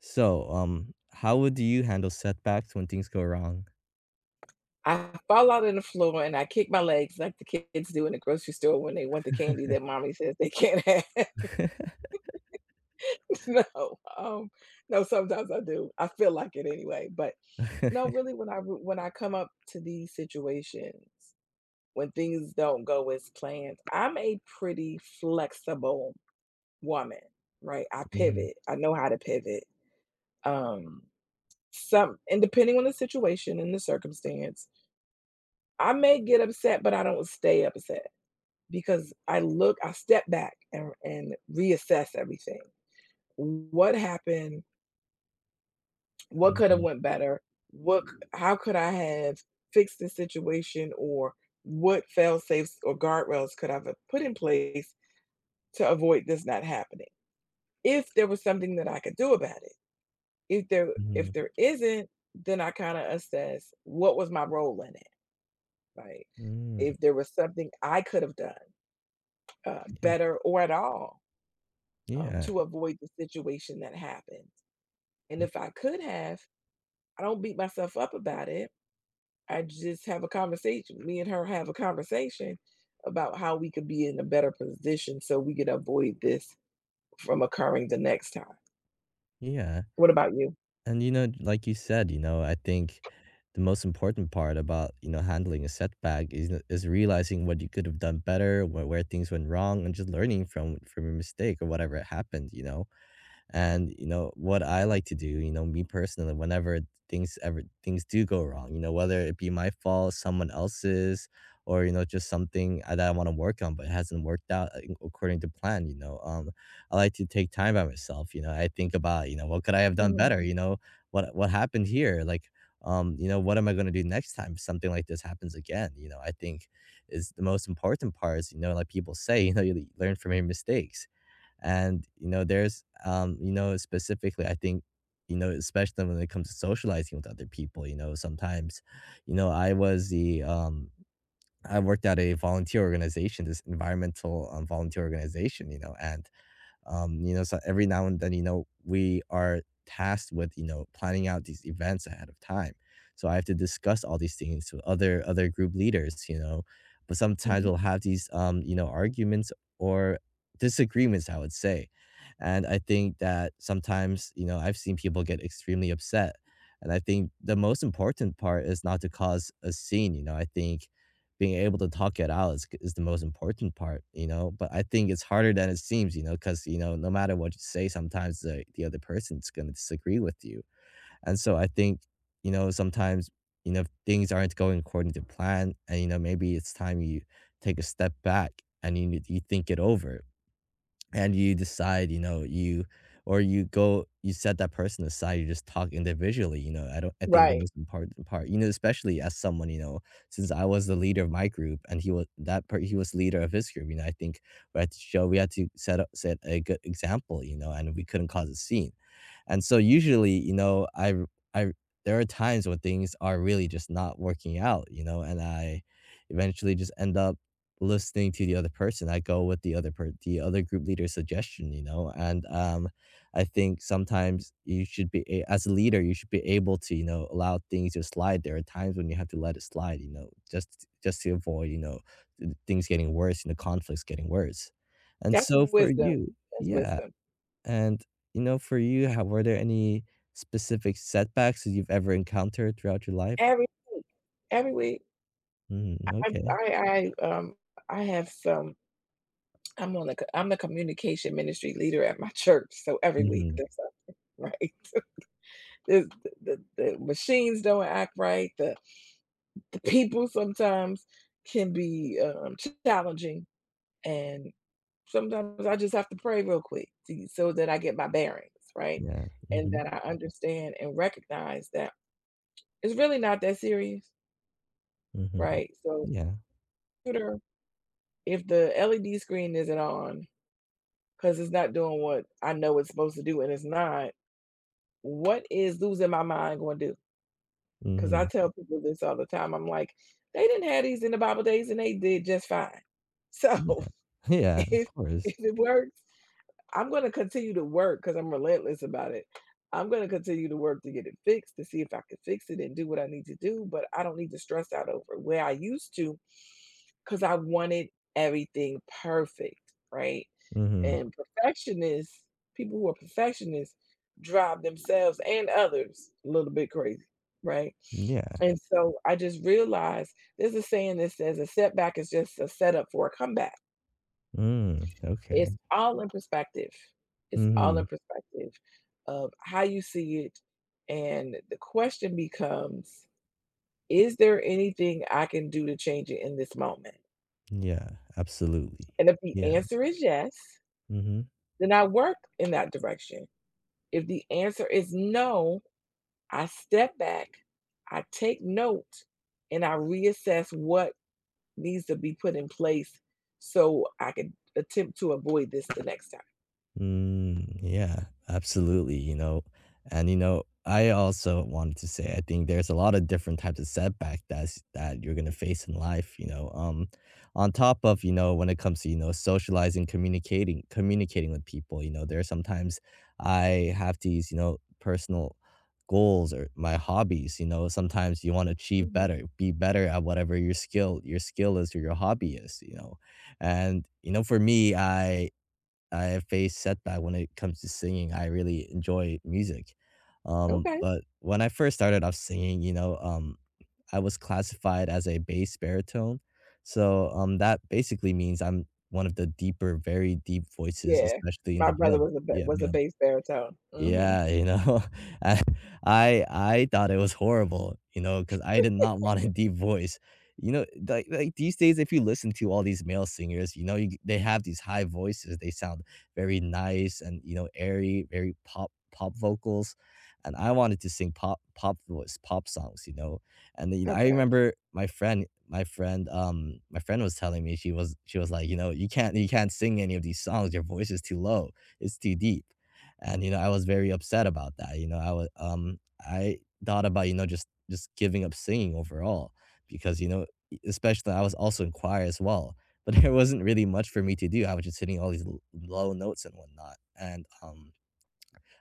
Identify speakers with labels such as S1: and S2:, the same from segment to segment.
S1: So, how would you handle setbacks when things go wrong?
S2: I fall out on the floor and I kick my legs like the kids do in the grocery store when they want the candy that mommy says they can't have. No, um, no, sometimes I do. I feel like it anyway, but no, really when I come up to these situations, when things don't go as planned, I'm a pretty flexible woman, right? I
S1: Mhm,
S2: pivot. I know how to pivot. Um, some and depending on the situation and the circumstance, I may get upset, but I don't stay upset, because I look, I step back and, reassess everything. What happened? What could have
S1: mhm,
S2: went better? What? How could I have fixed the situation, or what fail safes or guardrails could I have put in place to avoid this not happening? If there was something that I could do about it, if there if
S1: mhm,
S2: there isn't, then I kind of assess what was my role in it, right?
S1: mm,
S2: If there was something I could have done
S1: yeah,
S2: better or at all,
S1: yeah,
S2: to avoid the situation that happened. And
S1: of
S2: if I could have, I don't beat myself up about it. I just have a conversation. Me and her have a conversation about how we could be in a better position so we could avoid this from occurring the next time.
S1: yeah,
S2: What about you?
S1: and like you said, I think the most important part about, handling a setback is n is realizing what you could have done better, where things went wrong, and just learning from your mistake or whatever happened, you know? And you know what I like to do, you know, me personally, whenever things do go wrong, you know, whether it be my fault, someone else's, or you know, just that I want to work on but it hasn't worked out according to plan, I like to take time by myself. You know, I think about you know what could I have done better.
S2: Mhm,
S1: You know, what happened here, like. You know, what am I going to do next time if something like this happens again? You know, I think is the most important part is, you know, like people say, you know, you learn from your mistakes and, there's, you know, specifically, I think, you know, especially when it comes to socializing with other people, you know, sometimes, you know, I worked at a volunteer organization, this environmental volunteer organization, you know, and you know, so every now and then, you know, we are tasked with, you know, planning out these events ahead of time. So I have to discuss all these things with other group leaders, you know. But sometimes
S2: mhm.
S1: we'll have these you know, arguments or disagreements, I would say. And I think that sometimes, you know, I've seen people get extremely upset. And I think the most important part is not to cause a scene. You know, I think being able to talk it out is the most important part, you know? But I think it's harder than it seems, you know, because, you know, no matter what you say, sometimes the other person's going to disagree with you. And so I think, you know, sometimes, you know, if things aren't going according to plan and, you know, maybe it's time you take a step back and you think it over and you decide, you know, you or you set that person aside, you just talk individually, you know. I don't I think the
S2: Right.
S1: most important part, you know, especially as someone, you know, since I was the leader of my group and he was leader of his group, you know, I think we had to set a good example, you know, and we couldn't cause a scene. And so usually, you know, I there are times when things are really just not working out, you know, and I eventually just end up listening to the other person. I go with the the other group leader's suggestion, you know, and I think sometimes you should be as a leader, you should be able to, you know, allow things to slide. There are times when you have to let it slide, you know, just to avoid, you know, things getting worse, you know, conflicts getting worse. And
S2: That's
S1: so for
S2: wisdom.
S1: you,
S2: That's
S1: yeah.
S2: wisdom.
S1: And, you know, for you, how were there any specific setbacks that you've ever encountered throughout your life?
S2: Every week, every week,
S1: Mm,
S2: I,
S1: okay.
S2: I, I, um, I have some. I'm the communication ministry leader at my church. So every week,
S1: Mhm.
S2: there's something. Right. It's, the machines don't act right. The people sometimes can be challenging, and sometimes I just have to pray real quick to, so that I get my bearings right,
S1: Yeah.
S2: and
S1: Mhm.
S2: that I understand and recognize that it's really not that serious,
S1: Mhm.
S2: right? So,
S1: Yeah.
S2: computer, if the LED screen isn't on because it's not doing what I know it's supposed to do, and it's not, what is losing my mind going to do? 'Cause I
S1: Mhm.
S2: tell people this all the time, I'm like, "They didn't have these in the Bible days and they did just fine." So,
S1: Yeah. Yeah, of
S2: if
S1: course.
S2: if it works, I'm gonna continue to work because 'cause I'm relentless about it. I'm gonna continue to work to get it fixed, to see if I can fix it and do what I need to do, but I don't need to stress out over it, where I used to. 'Cause I wanted everything perfect, right?
S1: Mhm.
S2: And perfectionists people who are perfectionists drive themselves and others a little bit crazy, right?
S1: Yeah.
S2: And so I just realized there's a saying that says, "A setback is just a setup for a comeback."
S1: Mm, okay.
S2: It's all in perspective. It's all in
S1: Mhm.
S2: perspective of how you see it, and the question becomes, "Is there anything I can do to change it in this moment?"
S1: Yeah, absolutely.
S2: And if the
S1: Yeah.
S2: answer is yes,
S1: Mhm.
S2: then I work in that direction. If the answer is no, I step back, I take note, and I reassess what needs to be put in place so I can attempt to avoid this the next time.
S1: Mm, yeah, absolutely. You know, and you know, I also wanted to say I think there's a lot of different types of setback that you're gonna face in life. You know, on top of you know when it comes to you know socializing, communicating with people. You know, there are sometimes I have these you know personal goals or my hobbies. You know, sometimes you want to achieve
S2: Mhm.
S1: better, be better at whatever your skill is or your hobby is. You know, and you know for me, I have faced setback when it comes to singing. I really enjoy music.
S2: Okay.
S1: But when I first started off singing, I was classified as a bass baritone. So that basically means I'm one of the deeper, very deep voices,
S2: Yeah.
S1: especially in
S2: My
S1: the
S2: brother was a
S1: male
S2: bass baritone. Mhm.
S1: yeah, you know, I I thought it was horrible, you know, because I did not want a deep voice. You know, like these days, if you listen to all these male singers, you know, you they have these high voices. They sound very nice and, you know, airy, very pop vocals. And I wanted to sing pop songs, you know. And then, you know, I
S2: Okay,
S1: remember my friend was telling me she was like, you know, you can't sing any of these songs. Your voice is too low. It's too deep and you know I was very upset about that, you know, I was I thought about, you know, just giving up singing overall because you know especially I was also in choir as well but there wasn't really much for me to do. I was just hitting all these low notes and whatnot and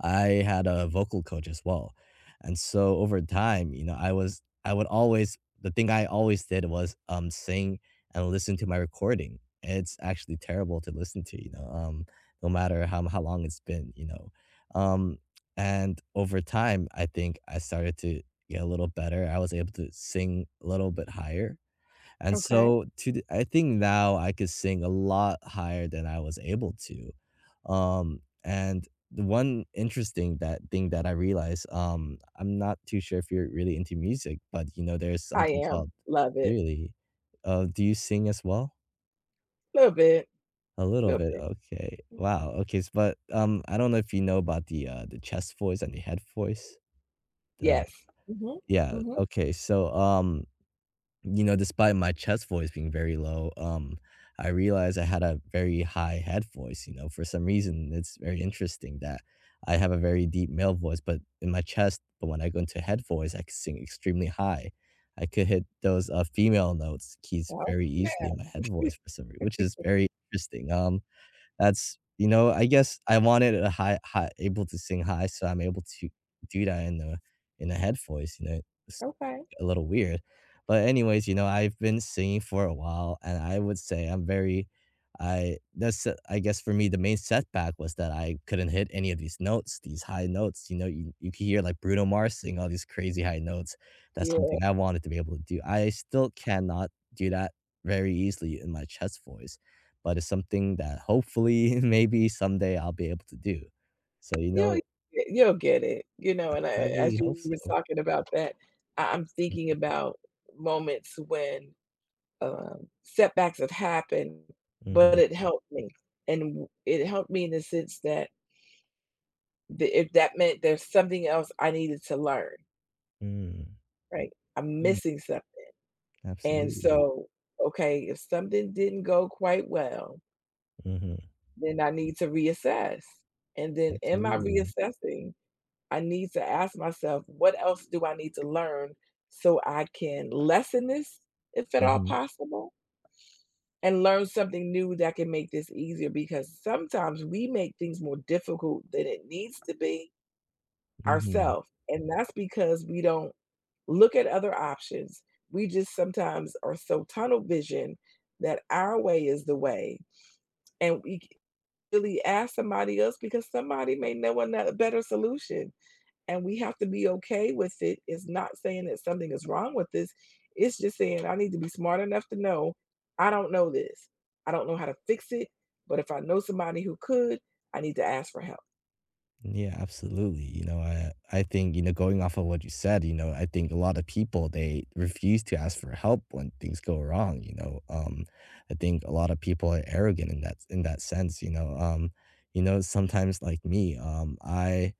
S1: I had a vocal coach as well. And so over time, you know, I would always the thing I always did was sing and listen to my recording. It's actually terrible to listen to, no matter how long it's been, you know. Um and over time I think I started to get a little better. I was able to sing a little bit higher and
S2: okay.
S1: so to th I think now I could sing a lot higher than I was able to. And the one interesting that thing that I realized, I'm not too sure if you're really into music, but, you know, there's
S2: I
S1: something
S2: am.
S1: called
S2: Love it.
S1: really? Do you sing as well?
S2: Little bit,
S1: A little
S2: little
S1: bit,
S2: bit.
S1: okay.
S2: Mm.
S1: Wow, okay, s but, I don't know if you know about the chest voice and the head voice. The
S2: Yes. Mhm,
S1: Yeah,
S2: mhm.
S1: okay, so, You know, despite my chest voice being very low, I realized I had a very high head voice, you know, for some reason it's very interesting that I have a very deep male voice, but in my chest, but when I go into head voice, I can sing extremely high. I could hit those, female notes keys
S2: Oh,
S1: very easily in
S2: snap.
S1: my head voice for some reason, which is very interesting, that's you know, I guess I wanted a high able to sing high, so I'm able to do that in the in a head voice, you know?
S2: Okay.
S1: A little weird. But anyways, you know, I've been singing for a while and I would say I that's I guess for me the main setback was that I couldn't hit any of these notes, these high notes. You know, you can hear like Bruno Mars sing all these crazy high notes. That's
S2: Yeah.
S1: something I wanted to be able to do. I still cannot do that very easily in my chest voice, but it's something that hopefully maybe someday I'll be able to do. So, you
S2: You'll
S1: know,
S2: you'll get it, you know, and
S1: I
S2: I
S1: really
S2: as
S1: hope
S2: you was
S1: so.
S2: talking about that, I'm thinking about moments when, setbacks have happened, but
S1: Mm-hmm.
S2: it helped me, and w it helped me in the sense that the if that meant there's something else I needed to learn.
S1: Mm,
S2: Right. I'm
S1: yeah,
S2: missing something. And
S1: absolutely.
S2: so, okay, if something didn't go quite well,
S1: Mhm.
S2: then I need to reassess. And then in my
S1: Absolutely.
S2: reassessing, I need to ask myself, what else do I need to learn so I can lessen this, if at all
S1: Mhm.
S2: possible, and learn something new that can make this easier? Because sometimes we make things more difficult than it needs to be
S1: Mhm.
S2: ourself, and that's because we don't look at other options. We just sometimes are so tunnel vision that our way is the way, and we c really ask somebody else because somebody may know ano a better solution, and we have to be okay with it. It's not saying that something is wrong with this, it's just saying, "I need to be smart enough to know I don't know this. I don't know how to fix it, but if I know somebody who could, I need to ask for help."
S1: Yeah, absolutely. You know, I think, you know, going off of what you said, you know, I think a lot of people they refuse to ask for help when things go wrong, you know. I think a lot of people are arrogant in that sense, you know. You know, sometimes like me, I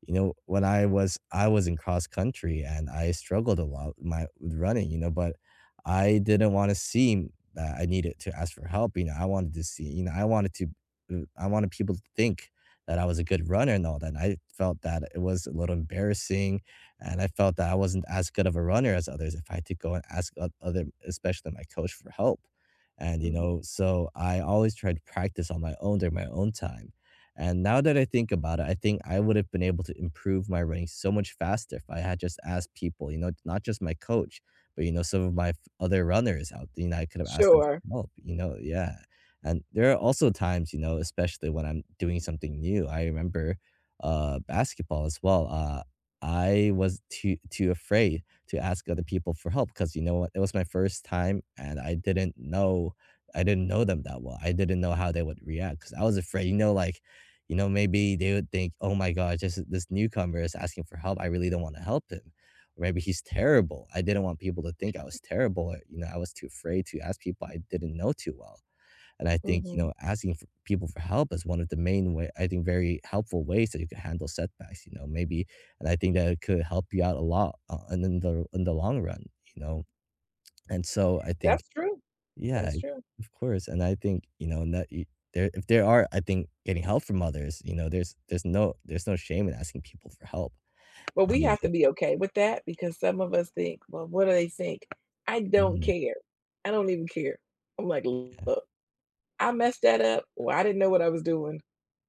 S1: you know, when I was in cross country and I struggled a lot with my with running, you know, but I didn't want to seem that I needed to ask for help. You know, I wanted to see, you know, I wanted to, I wanted people to think that I was a good runner and all that. And I felt that it was a little embarrassing, and I felt that I wasn't as good of a runner as others if I had to go and ask other, especially my coach, for help. And you
S2: Mhm.
S1: know, so I always tried to practice on my own during my own time and now that I think about it, I think I would have been able to improve my running so much faster if I had just asked people, you know, not just my coach, but, you know, some of my other runners out there, you know, I could have asked them for
S2: Sure.
S1: help, you know, yeah. And there are also times, you know, especially when I'm doing something new. I remember basketball as well. I was too afraid to ask other people for help because you know what, it was my first time and I didn't know them that well. I didn't know how they would react because I was afraid. You know, like you know, maybe they would think, "Oh my gosh, this newcomer is asking for help. I really don't want to help him." Or maybe he's terrible. I didn't want people to think I was terrible. Or, you know, I was too afraid to ask people I didn't know too well. And I think, you
S2: Mhm.
S1: know, asking for people for help is one of the main way I think very helpful ways that you can handle setbacks, you know, maybe and I think that it could help you out a lot and in the long run, you know. And so I think
S2: That's true.
S1: yeah,
S2: That's true.
S1: of course, and I think, you know, that y there if there are, I think, getting help from others, you know, there's no there's no shame in asking people for help,
S2: But
S1: and,
S2: we
S1: you
S2: have to
S1: know
S2: be okay with that because some of us think, well, what do they think? I don't
S1: Mhm,
S2: care. I don't even care. I'm like,
S1: yeah.
S2: look, I messed that up. Well, I didn't know what I was doing.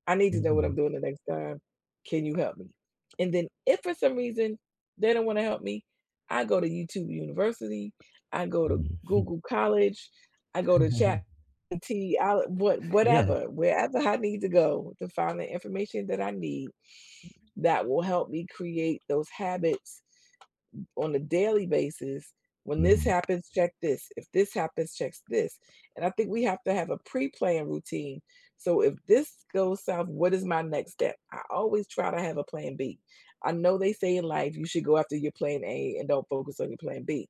S2: I need to know what I'm
S1: Mhm,
S2: doing the next time. Can you help me? And then if for some reason they don't want to help me, I go to YouTube University. I go to
S1: mhm.
S2: Google College. I go to Chat T,
S1: Yeah.
S2: whatever, wherever I need to go to find the information that I need that will help me create those habits on a daily basis. When this
S1: Mhm,
S2: happens, check this. If this happens, check this. And I think we have to have a pre plan routine. So if this goes south, what is my next step? I always try to have a plan B. I know they say in life you should go after your plan A and don't focus on your plan B.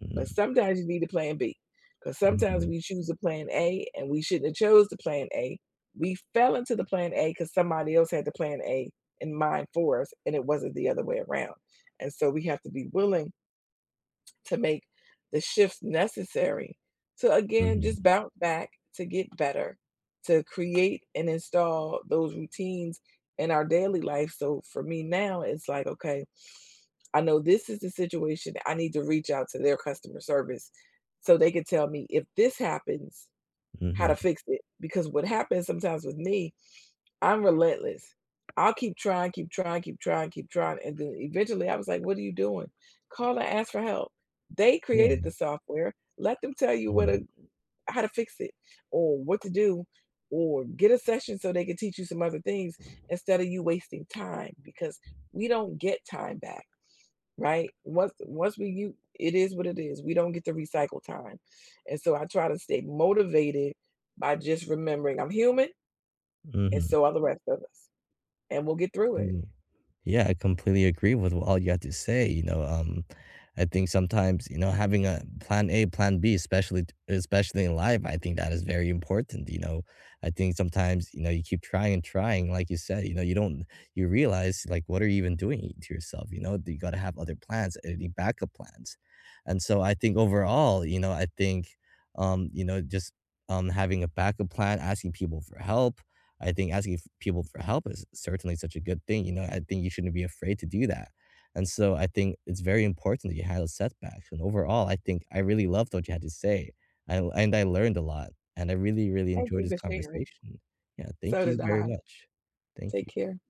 S1: mhm,
S2: But sometimes you need a plan B because sometimes
S1: mhm,
S2: we choose a plan A and we shouldn't have chose the plan A. We fell into the plan A because somebody else had the plan A in mind for us and it wasn't the other way around. And so we have to be willing to make the shifts necessary to again
S1: mhm,
S2: just bounce back to get better, to create and install those routines in our daily life. So for me now it's like, okay, I know this is the situation, I need to reach out to their customer service so they can tell me if this happens how to
S1: mhm.
S2: fix it. Because what happens sometimes with me, I'm relentless. I'll keep trying. And then eventually I was like, what are you doing? Call and ask for help. They
S1: Yeah,
S2: created the software. Let them tell you
S1: mhm,
S2: how to fix it or what to do or get a session so they can teach you some other things instead of you wasting time, because we don't get time back, right? Once we you it is what it is. We don't get to recycle time. And so I try to stay motivated by just remembering I'm human, and
S1: mhm,
S2: so are the rest of us. And we'll get through it.
S1: mhm. Yeah, I completely agree with all you had to say. You know, I think sometimes you know having a plan A, plan B, especially in life, I think that is very important. You know, I think sometimes you know you keep trying and trying, like you said, you know, you don't you realize like what are you even doing to yourself? You know, you got to have other plans, any backup plans, and so I think overall, you know, I think you know just having a backup plan, asking people for help. I think asking people for help is certainly such a good thing. You know, I think you shouldn't be afraid to do that. And so I think it's very important that you had a setback. And overall, I think I really loved what you had to say. And I learned a lot. And I really, really
S2: Thank
S1: enjoyed
S2: you
S1: this
S2: for sharing.
S1: conversation. Yeah. Thank
S2: So
S1: you
S2: did
S1: very
S2: I.
S1: much. Thank
S2: Take
S1: you.
S2: care.